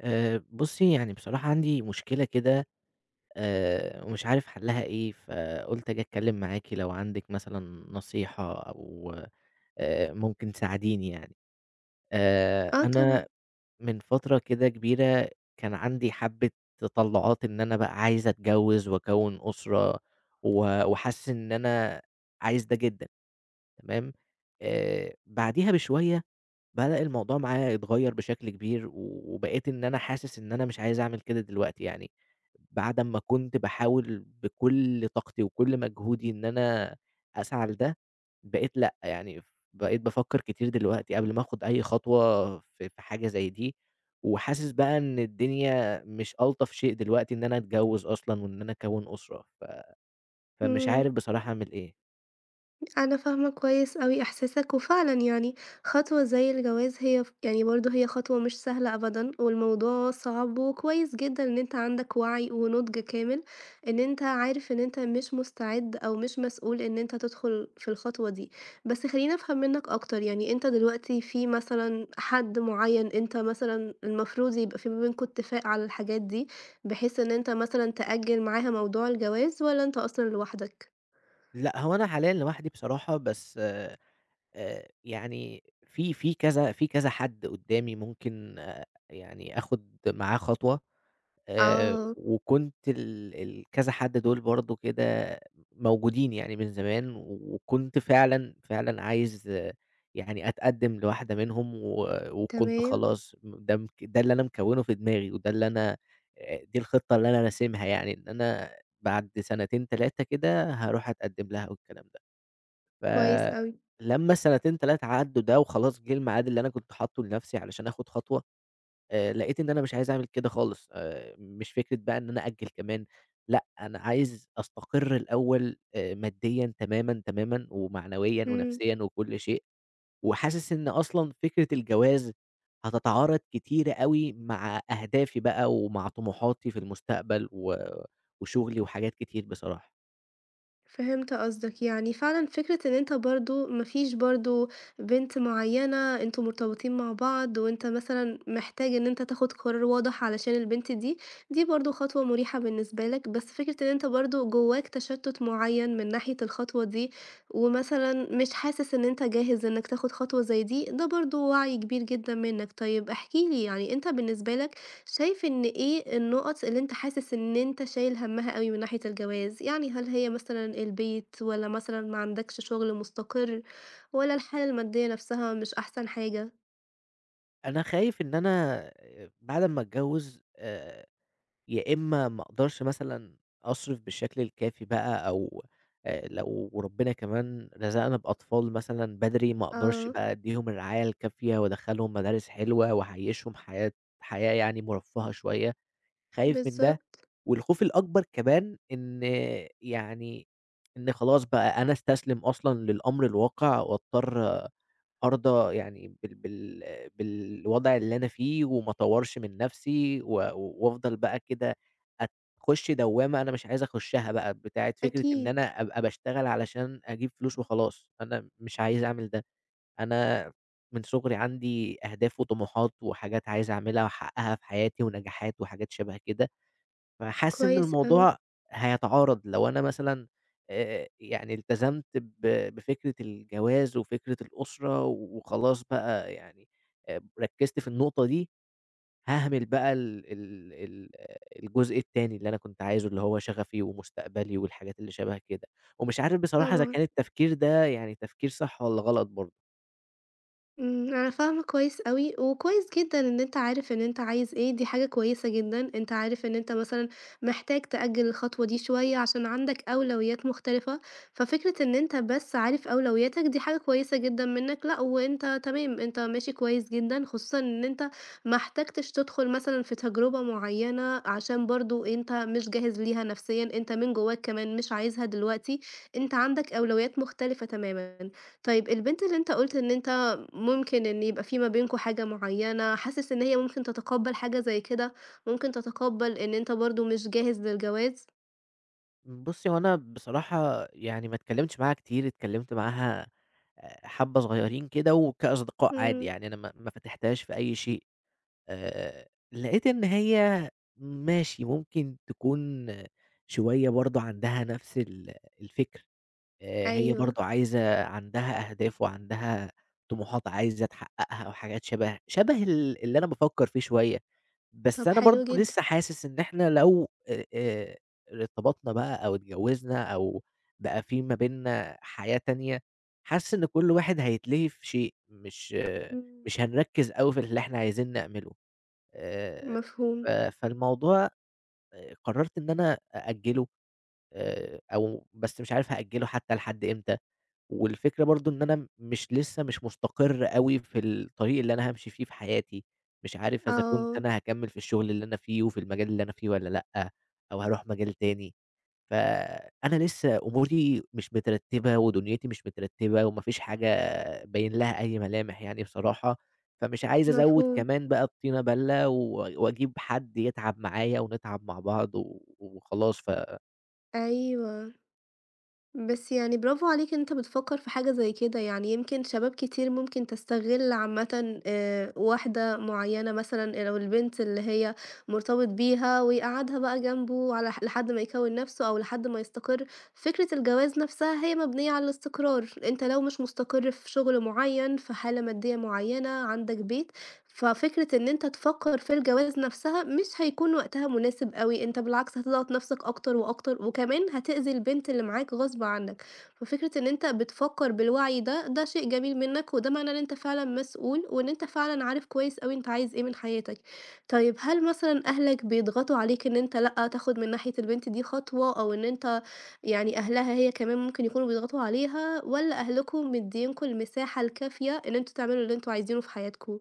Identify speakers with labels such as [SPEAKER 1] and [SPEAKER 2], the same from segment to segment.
[SPEAKER 1] بُصّي يعني بصراحة عندي مشكلة كده. ومش عارف حلّها إيه، فقُلت آجي أتكلّم معاكِ لو عندِك مثلًا نصيحة أو ممكن تساعديني يعني.
[SPEAKER 2] آه طبعًا،
[SPEAKER 1] أنا من فترة كده كبيرة كان عندي حبّة تطلُّعات إن أنا بقى عايز أتجوّز وأكوّن أسرة و وحاسس إن أنا عايز ده جدًا. تمام. بعديها بشوية بدأ الموضوع معايا يتغيّر بشكل كبير، و وبقيت إن أنا حاسس إن أنا مش عايز أعمل كده دلوقتي يعني، بعد أمّا كنت باحاول بكل طاقتي وكل مجهودي إن أنا أسعى لده، بقيت لأ، يعني بقيت بافكّر كتير دلوقتي قبل ما آخُد أي خطوة في حاجة زي دي، وحاسس بقى إن الدنيا مش ألطف شيء دلوقتي إن أنا أتجوّز أصلًا وإن أنا أكوّن أسرة، فمش
[SPEAKER 2] إمم،
[SPEAKER 1] عارف بصراحة أعمل إيه.
[SPEAKER 2] أنا فاهمة كويس أوي إحساسك، وفعلًا يعني خطوة زي الجواز هي يعني برضه هي خطوة مش سهلة أبدًا، والموضوع صعب، وكويس جدًا إن أنت عندك وعي ونضج كامل، إن أنت عارف إن أنت مش مستعد أو مش مسؤول إن أنت تدخل في الخطوة دي. بس خلّيني أفهم منك أكتر، يعني أنت دلوقتي في مثلًا حد معين أنت مثلًا المفروض يبقى في ما بينكم اتفاق على الحاجات دي، بحيث إن أنت مثلًا تأجل معاها موضوع الجواز، والّا أنت أصلًا لوحدك؟
[SPEAKER 1] لأ، هو أنا حاليًا لوحدي بصراحة، بس يعني في كذا حد قدّامي ممكن يعني آخُد معاه خطوة.
[SPEAKER 2] آه،
[SPEAKER 1] وكنت ال كذا حد دول برضه كده موجودين يعني من زمان، وكنت فعلًا، فعلًا عايز يعني أتقدّم لواحدة منهم و وكنت
[SPEAKER 2] تمام،
[SPEAKER 1] خلاص م ده مك ده اللي أنا مكوّنه في دماغي وده اللي أنا. دي الخطة اللي أنا راسمها يعني إن أنا بعد سنتين 3 كده هاروح أتقدّم لها والكلام ده.
[SPEAKER 2] كويس أوي،
[SPEAKER 1] فلمّا السنتين 3 عدّوا ده وخلاص جِه الميعاد اللي أنا كنت حاطّه لنفسي علشان آخُد خطوة، لقيت إن أنا مش عايز أعمل كده خالص. مش فكرة بقى إن أنا أأجّل كمان. لأ، أنا عايز أستقر الأول ماديًا تمامًا، تمامًا ومعنويًا
[SPEAKER 2] إمم،
[SPEAKER 1] ونفسيًا وكل شيء، وحاسس إن أصلًا فكرة الجواز هتتعارض كتير أوي مع أهدافي بقى ومع طموحاتي في المستقبل و وشُغلي وحاجات كتير بصراحة.
[SPEAKER 2] فهمت قصدك، يعني فعلًا فكرة إن أنت برضه ما فيش برضه بنت معيّنة أنتم مرتبطين مع بعض، وأنت مثلًا محتاج إن أنت تاخد قرار واضح علشان البنت دي، دي برضه خطوة مريحة بالنسبة لك، بس فكرة إن أنت برضه جواك تشتُّت معيّن من ناحية الخطوة دي، ومثلًا مش حاسس إن أنت جاهز إنك تاخد خطوة زي دي، ده برضه وعي كبير جدًا منك. طيب احكِ لي يعني أنت بالنسبة لك شايف إن إيه النُقَط اللي أنت حاسس إن أنت شايل هَمّها أوي من ناحية الجواز؟ يعني هل هي مثلًا البيت والّا مثلًا ما عندكش شُغل مُستقر والّا الحالة المادية نَفْسها مش أحسن حاجة؟
[SPEAKER 1] أنا خايف إن أنا بعد أمّا أتجوّز يا إمّا ما أقدرش مثلًا أصرف بالشكل الكافي بقى أو لو ربنا كمان رزقنا بأطفال مثلًا بدري، ما أقدرش
[SPEAKER 2] آه،
[SPEAKER 1] بقى أدّيهم الرعاية الكافية وأدخّلهم مدارس حلوة وأعيّشهم حياة يعني مرفّهة شوية، خايف من ده.
[SPEAKER 2] بالضبط،
[SPEAKER 1] والخوف الأكبر كمان يعني إن خلاص بقى أنا أستسلم أصلًا للأمر الواقع وأضطر أرضى يعني بالوضع اللي أنا فيه وما أطوّرش من نَفْسي و و- وأفضل بقى كده أخُش دوّامة أنا مش عايز أخُشّها بقى، بتاعة فكرة إن
[SPEAKER 2] أكيد،
[SPEAKER 1] أنا أبقى باشتغل علشان أجيب فلوس وخلاص، أنا مش عايز أعمل ده. أنا من صُغري عندي أهداف وطموحات وحاجات عايز أعملها وأحقّقها في حياتي ونجاحات وحاجات شَبه كده. فحاسس إن
[SPEAKER 2] كويس أوي،
[SPEAKER 1] الموضوع هيتعارض لو أنا مثلًا يعني التزمت ب بفكرة الجواز وفكرة الأسرة وخلاص بقى يعني ركّزت في النقطة دي، هاهمل بقى ال الجزء التاني اللي أنا كنت عايزه، اللي هو شغفي ومستقبلي والحاجات اللي شبه كده. ومش عارف بصراحة إذا
[SPEAKER 2] طبعًا.
[SPEAKER 1] كان التفكير ده يعني تفكير صح والّا غلط برضه.
[SPEAKER 2] إمم، أنا فاهمة كويس أوي، وكويس جدًا إن أنت عارف إن أنت عايز إيه، دي حاجة كويسة جدًا، أنت عارف إن أنت مثلًا محتاج تأجّل الخطوة دي شوية عشان عندك أولويات مختلفة، ففكرة إن أنت بس عارف أولوياتك دي حاجة كويسة جدًا منّك، لأ وأنت تمام، أنت ماشي كويس جدًا، خصوصًا إن أنت ما احتجتش تدخل مثلًا في تجربة معيّنة عشان برضه أنت مش جاهز ليها نفسيًا، أنت من جواك كمان مش عايزها دلوقتي، أنت عندك أولويات مختلفة تمامًا. طيب البنت اللي أنت قُلت إن أنت ممكن إن يبقى في ما بينكم حاجة معيّنة، حاسس إن هي ممكن تتقبّل حاجة زي كده، ممكن تتقبّل إن أنت برضه مش جاهز للجواز؟
[SPEAKER 1] بُصّي، هو أنا بصراحة يعني ما اتكلّمتش معاها كتير، اتكلّمت معاها حبّة صغيّرين كده وكأصدقاء عادي،
[SPEAKER 2] إمم،
[SPEAKER 1] يعني أنا ما فتحتهاش في أي شيء. لقيت إن هي ماشي، ممكن تكون شوية برضه عندها نَفْس الفكر، هي
[SPEAKER 2] أيوه،
[SPEAKER 1] برضه عايزة عندها أهداف وعندها طموحات عايزة تحقّقها وحاجات شَبه اللي أنا بافكّر فيه شوية.
[SPEAKER 2] طب
[SPEAKER 1] بس أنا
[SPEAKER 2] حلو
[SPEAKER 1] برضه
[SPEAKER 2] جدًا،
[SPEAKER 1] لسه حاسس إن إحنا لو ارتبطنا بقى أو اتجوّزنا أو بقى في ما بيننا حياة تانية، حاسس إن كل واحد هيتلهي في شيء،
[SPEAKER 2] إمم،
[SPEAKER 1] مش هنركّز أوي في اللي إحنا عايزين نعمله. آآ ف
[SPEAKER 2] مفهوم،
[SPEAKER 1] فالموضوع قرّرت إن أنا أأجّله أو بس مش عارف هأجّله حتى لحد إمتى. والفكرة برضه إن أنا مش لسه مش مستقر أوي في الطريق اللي أنا هامشي فيه في حياتي، مش عارف إذا كنت
[SPEAKER 2] آه،
[SPEAKER 1] أنا هاكمّل في الشغل اللي أنا فيه وفي المجال اللي أنا فيه والّا لأ، أو هاروح مجال تاني، فأنا لسه أموري مش مترتبة ودنيتي مش مترتبة وما فيش حاجة باين لها أي ملامح يعني بصراحة، فمش عايز أزوّد
[SPEAKER 2] مفهوم،
[SPEAKER 1] كمان بقى الطينة بَلّة و وأجيب حد يتعب معايا ونتعب مع بعض و وخلاص.
[SPEAKER 2] أيوه. بس يعني برافو عليك إن أنت بتفكّر في حاجة زي كده، يعني يمكن شباب كتير ممكن تستغل عامةً واحدة معيّنة مثلًا لو البنت اللي هي مرتبط بيها ويقعّدها بقى جنبه على لحد ما يكوّن نَفْسه أو لحد ما يستقر، فكرة الجواز نَفْسها هي مبنية على الاستقرار، أنت لو مش مستقر في شغل معيّن، في حالة مادية معيّنة، عندك بيت، ففكرة إن أنت تفكّر في الجواز نَفْسها مش هيكون وقتها مناسب أوي، أنت بالعكس هتضغط نَفْسك أكتر وأكتر، وكمان هتأذي البنت اللي معاك غصب عنّك، ففكرة إن أنت بتفكّر بالوعي ده، ده شيء جميل منّك، وده معناه إن أنت فعلًا مسؤول، وإن أنت فعلًا عارف كويس أوي أنت عايز إيه من حياتك. طيب هل مثلًا أهلك بيضغطوا عليك إن أنت لأ، تاخد من ناحية البنت دي خطوة، أو إن أنت يعني أهلها هي كمان ممكن يكونوا بيضغطوا عليها، والّا أهلكم مدّيينكم المساحة الكافية إن أنتم تعملوا اللي أنتم عايزينه في حياتكم؟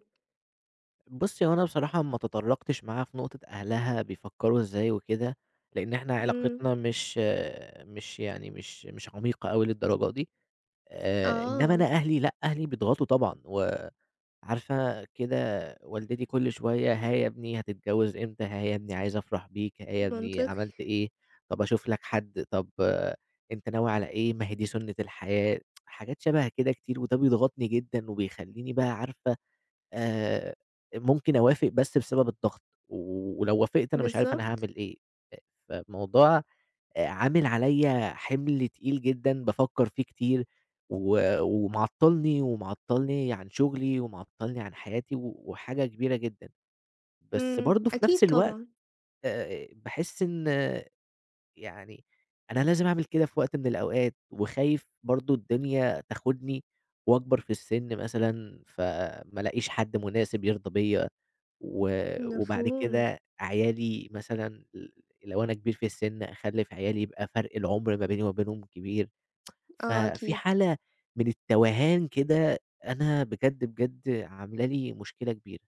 [SPEAKER 1] بُصّي، هو أنا بصراحة ما تطرّقتش معاها في نقطة أهلها بيفكّروا إزاي وكده، لإن إحنا
[SPEAKER 2] إمم،
[SPEAKER 1] علاقتنا مش مش يعني مش مش عميقة أوي للدرجة دي. إنّما
[SPEAKER 2] آه،
[SPEAKER 1] أنا أهلي لأ، أهلي بيضغطوا طبعًا، وعارفة كده والدتي كل شوية ها يا ابني هتتجوّز إمتى، ها يا ابني عايزة أفرح بيك، ها يا ابني
[SPEAKER 2] منطقي،
[SPEAKER 1] عملت إيه، طَب أشوف لك حد، طَب أنت ناوي على إيه، ما هي دي سُنّة الحياة، حاجات شبه كده كتير، وده بيضغطني جدًا وبيخلّيني بقى عارفة آآ ممكن أوافق بس بسبب الضغط، و- ولو وافقت أنا مش عارف أنا
[SPEAKER 2] بالضبط،
[SPEAKER 1] هاعمل إيه. آآ فالموضوع عامل عليَّ حِمل تقيل جدًا بافكّر فيه كتير، و ومعطّلني، ومعطّلني عن شغلي، ومعطّلني عن حياتي، و وحاجة كبيرة جدًا، بس
[SPEAKER 2] إمم،
[SPEAKER 1] برضه في نفس
[SPEAKER 2] أكيد
[SPEAKER 1] الوقت
[SPEAKER 2] طبعًا،
[SPEAKER 1] باحس إن يعني أنا لازم أعمل كده في وقت من الأوقات، وخايف برضه الدنيا تاخدني وأكبر في السن مثلًا، فما الاقيش حد مناسب يرضى بيّا. و وبعد
[SPEAKER 2] مفهوم،
[SPEAKER 1] كده عيالي مثلًا ل لو أنا كبير في السن أخلِّف عيالي يبقى فرق العُمر ما بيني وما بينهم كبير،
[SPEAKER 2] آه
[SPEAKER 1] ففي
[SPEAKER 2] أكيد.
[SPEAKER 1] حالة من التوهان كده أنا بجد، بجد عاملة لي مشكلة كبيرة،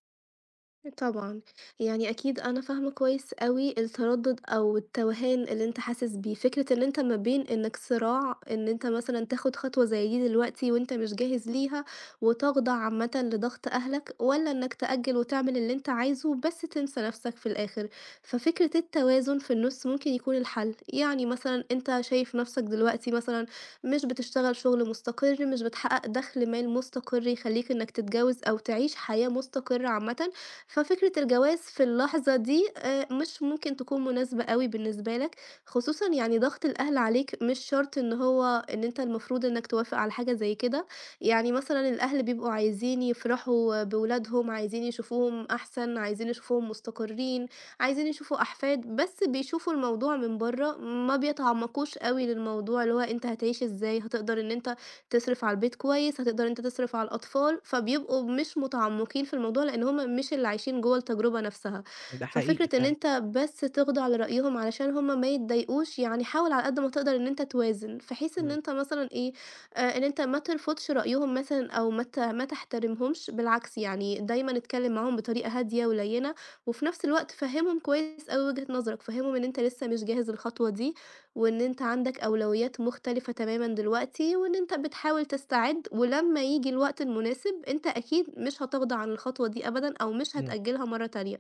[SPEAKER 2] طبعًا، يعني أكيد أنا فاهمة كويس أوي التردد أو التوهان اللي أنت حاسس بيه، فكرة إن أنت ما بين إنك صراع إن أنت مثلًا تاخد خطوة زي دي دلوقتي وأنت مش جاهز ليها، وتخضع عامةً لضغط أهلك، والّا إنك تأجل وتعمل اللي أنت عايزه بس تنسى نفسك في الآخر، ففكرة التوازن في النُص ممكن يكون الحل، يعني مثلًا أنت شايف نفسك دلوقتي مثلًا مش بتشتغل شغل مستقر، مش بتحقق دخل مال مستقر يخليك إنك تتجوز أو تعيش حياة مستقرة عامةً. ففكرة الجواز في اللحظة دي مش ممكن تكون مناسبة أوي بالنسبة لك، خصوصًا يعني ضغط الأهل عليك مش شرط إن هو إن أنت المفروض إنك توافق على حاجة زي كده، يعني مثلًا الأهل بيبقوا عايزين يفرحوا بولادهم، عايزين يشوفوهم أحسن، عايزين يشوفوهم مستقرين، عايزين يشوفوا أحفاد، بس بيشوفوا الموضوع من برّه، ما بيتعمقوش أوي للموضوع اللي هو أنت هتعيش إزاي، هتقدر إن أنت تصرف على البيت كويس، هتقدر إن أنت تصرف على الأطفال، فبيبقوا مش متعمقين في الموضوع لأن هم مش اللي عايشين جوه التجربة نفسها،
[SPEAKER 1] ده حقيقي
[SPEAKER 2] ففكرة إن
[SPEAKER 1] فعلًا.
[SPEAKER 2] أنت بس تخضع لرأيهم علشان هم ما يتضايقوش، يعني حاول على قد ما تقدر إن أنت توازن، في حيث إن
[SPEAKER 1] إمم.
[SPEAKER 2] أنت مثلًا إيه، إن أنت ما ترفضش رأيهم مثلًا أو ما تحترمهمش، بالعكس يعني دايمًا اتكلم معاهم بطريقة هادية ولينة، وفي نفس الوقت فهّمهم كويس أوي وجهة نظرك، فهّمهم إن أنت لسه مش جاهز للخطوة دي، وإن أنت عندك أولويات مختلفة تمامًا دلوقتي، وإن أنت بتحاول تستعد، ولمّا ييجي الوقت المناسب أنت أكيد مش هتغضى عن الخطوة دي أبدًا أو مش
[SPEAKER 1] إمم.
[SPEAKER 2] هتأجلها مرة تانية.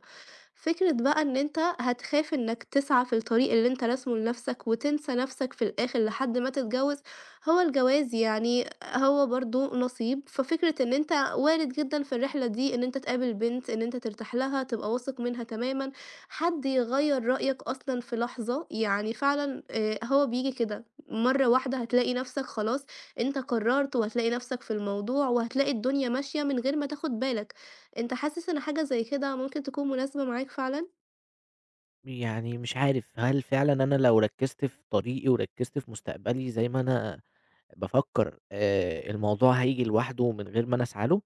[SPEAKER 2] فكرة بقى إن أنت هتخاف إنك تسعى في الطريق اللي أنت راسمه لنفسك وتنسى نفسك في الآخر لحد ما تتجوز، هو الجواز يعني هو برضه نصيب، ففكرة إن أنت وارد جدًا في الرحلة دي إن أنت تقابل بنت، إن أنت ترتاح لها، تبقى واثق منها تمامًا، حد يغيّر رأيك أصلًا في لحظة، يعني فعلًا هو بييجي كده، مرّة واحدة هتلاقي نفسك خلاص أنت قررت وهتلاقي نفسك في الموضوع، وهتلاقي الدنيا ماشية من غير ما تاخد بالك. أنت حاسس إن حاجة زي كده ممكن تكون مناسبة معاك فعلًا؟
[SPEAKER 1] يعني مش عارف هل فعلًا أنا لو ركّزت في طريقي وركّزت في مستقبلي زي ما أنا بافكّر الموضوع هييجي لوحده من غير ما أنا أسعى له؟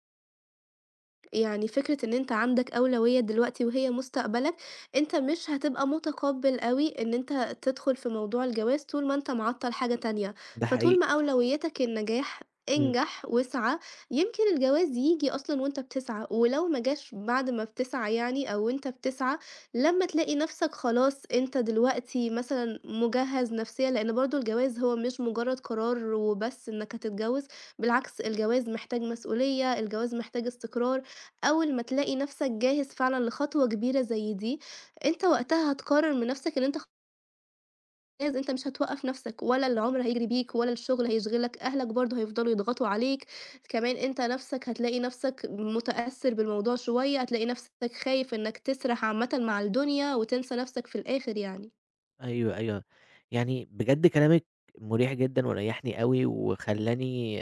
[SPEAKER 2] يعني فكرة إن أنت عندك أولوية دلوقتي وهي مستقبلك، أنت مش هتبقى متقبّل أوي إن أنت تدخل في موضوع الجواز طول ما أنت معطّل حاجة تانية،
[SPEAKER 1] ده
[SPEAKER 2] فطول
[SPEAKER 1] حقيقي.
[SPEAKER 2] ما أولويتك النجاح،
[SPEAKER 1] إمم.
[SPEAKER 2] انجح واسعى، يمكن الجواز ييجي أصلًا وأنت بتسعى، ولو ما جاش بعد ما بتسعى يعني أو وأنت بتسعى، لمّا تلاقي نَفْسك خلاص أنت دلوقتي مثلًا مُجهّز نفسيًا، لإن برضه الجواز هو مش مجرّد قرار وبس إنّك هتتجوّز، بالعكس الجواز محتاج مسؤولية، الجواز محتاج استقرار. أول ما تلاقي نَفْسك جاهز فعلًا لخطوة كبيرة زي دي، أنت وقتها هتقرر من نَفْسك إن أنت خلاص أنت مش هتوقّف نَفْسك، ولا العُمر هيجري بيك ولا الشغل هيشغلك، أهلك برضه هيفضلوا يضغطوا عليك، كمان أنت نَفْسك هتلاقي نَفْسك متأثّر بالموضوع شوية، هتلاقي نَفْسك خايف إنّك تسرح عامةً مع الدنيا وتنسى نَفْسك في الآخر يعني.
[SPEAKER 1] أيوه، أيوه. يعني بجد كلامِك مُريح جدًا وريّحني أوي وخلّاني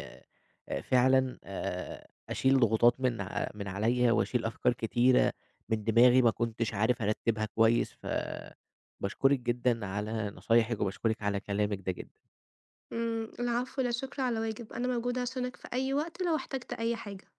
[SPEAKER 1] فعلًا أشيل ضغوطات من عليّا وأشيل أفكار كتيرة من دماغي ما كنتش عارف أرتّبها كويس، فباشكرِك جدًا على نصايحِك وباشكرِك على كلامِك ده جدًا.
[SPEAKER 2] إمم، العفو، لا شكر على واجب، أنا موجودة عشانك في أي وقت لو احتجت أي حاجة.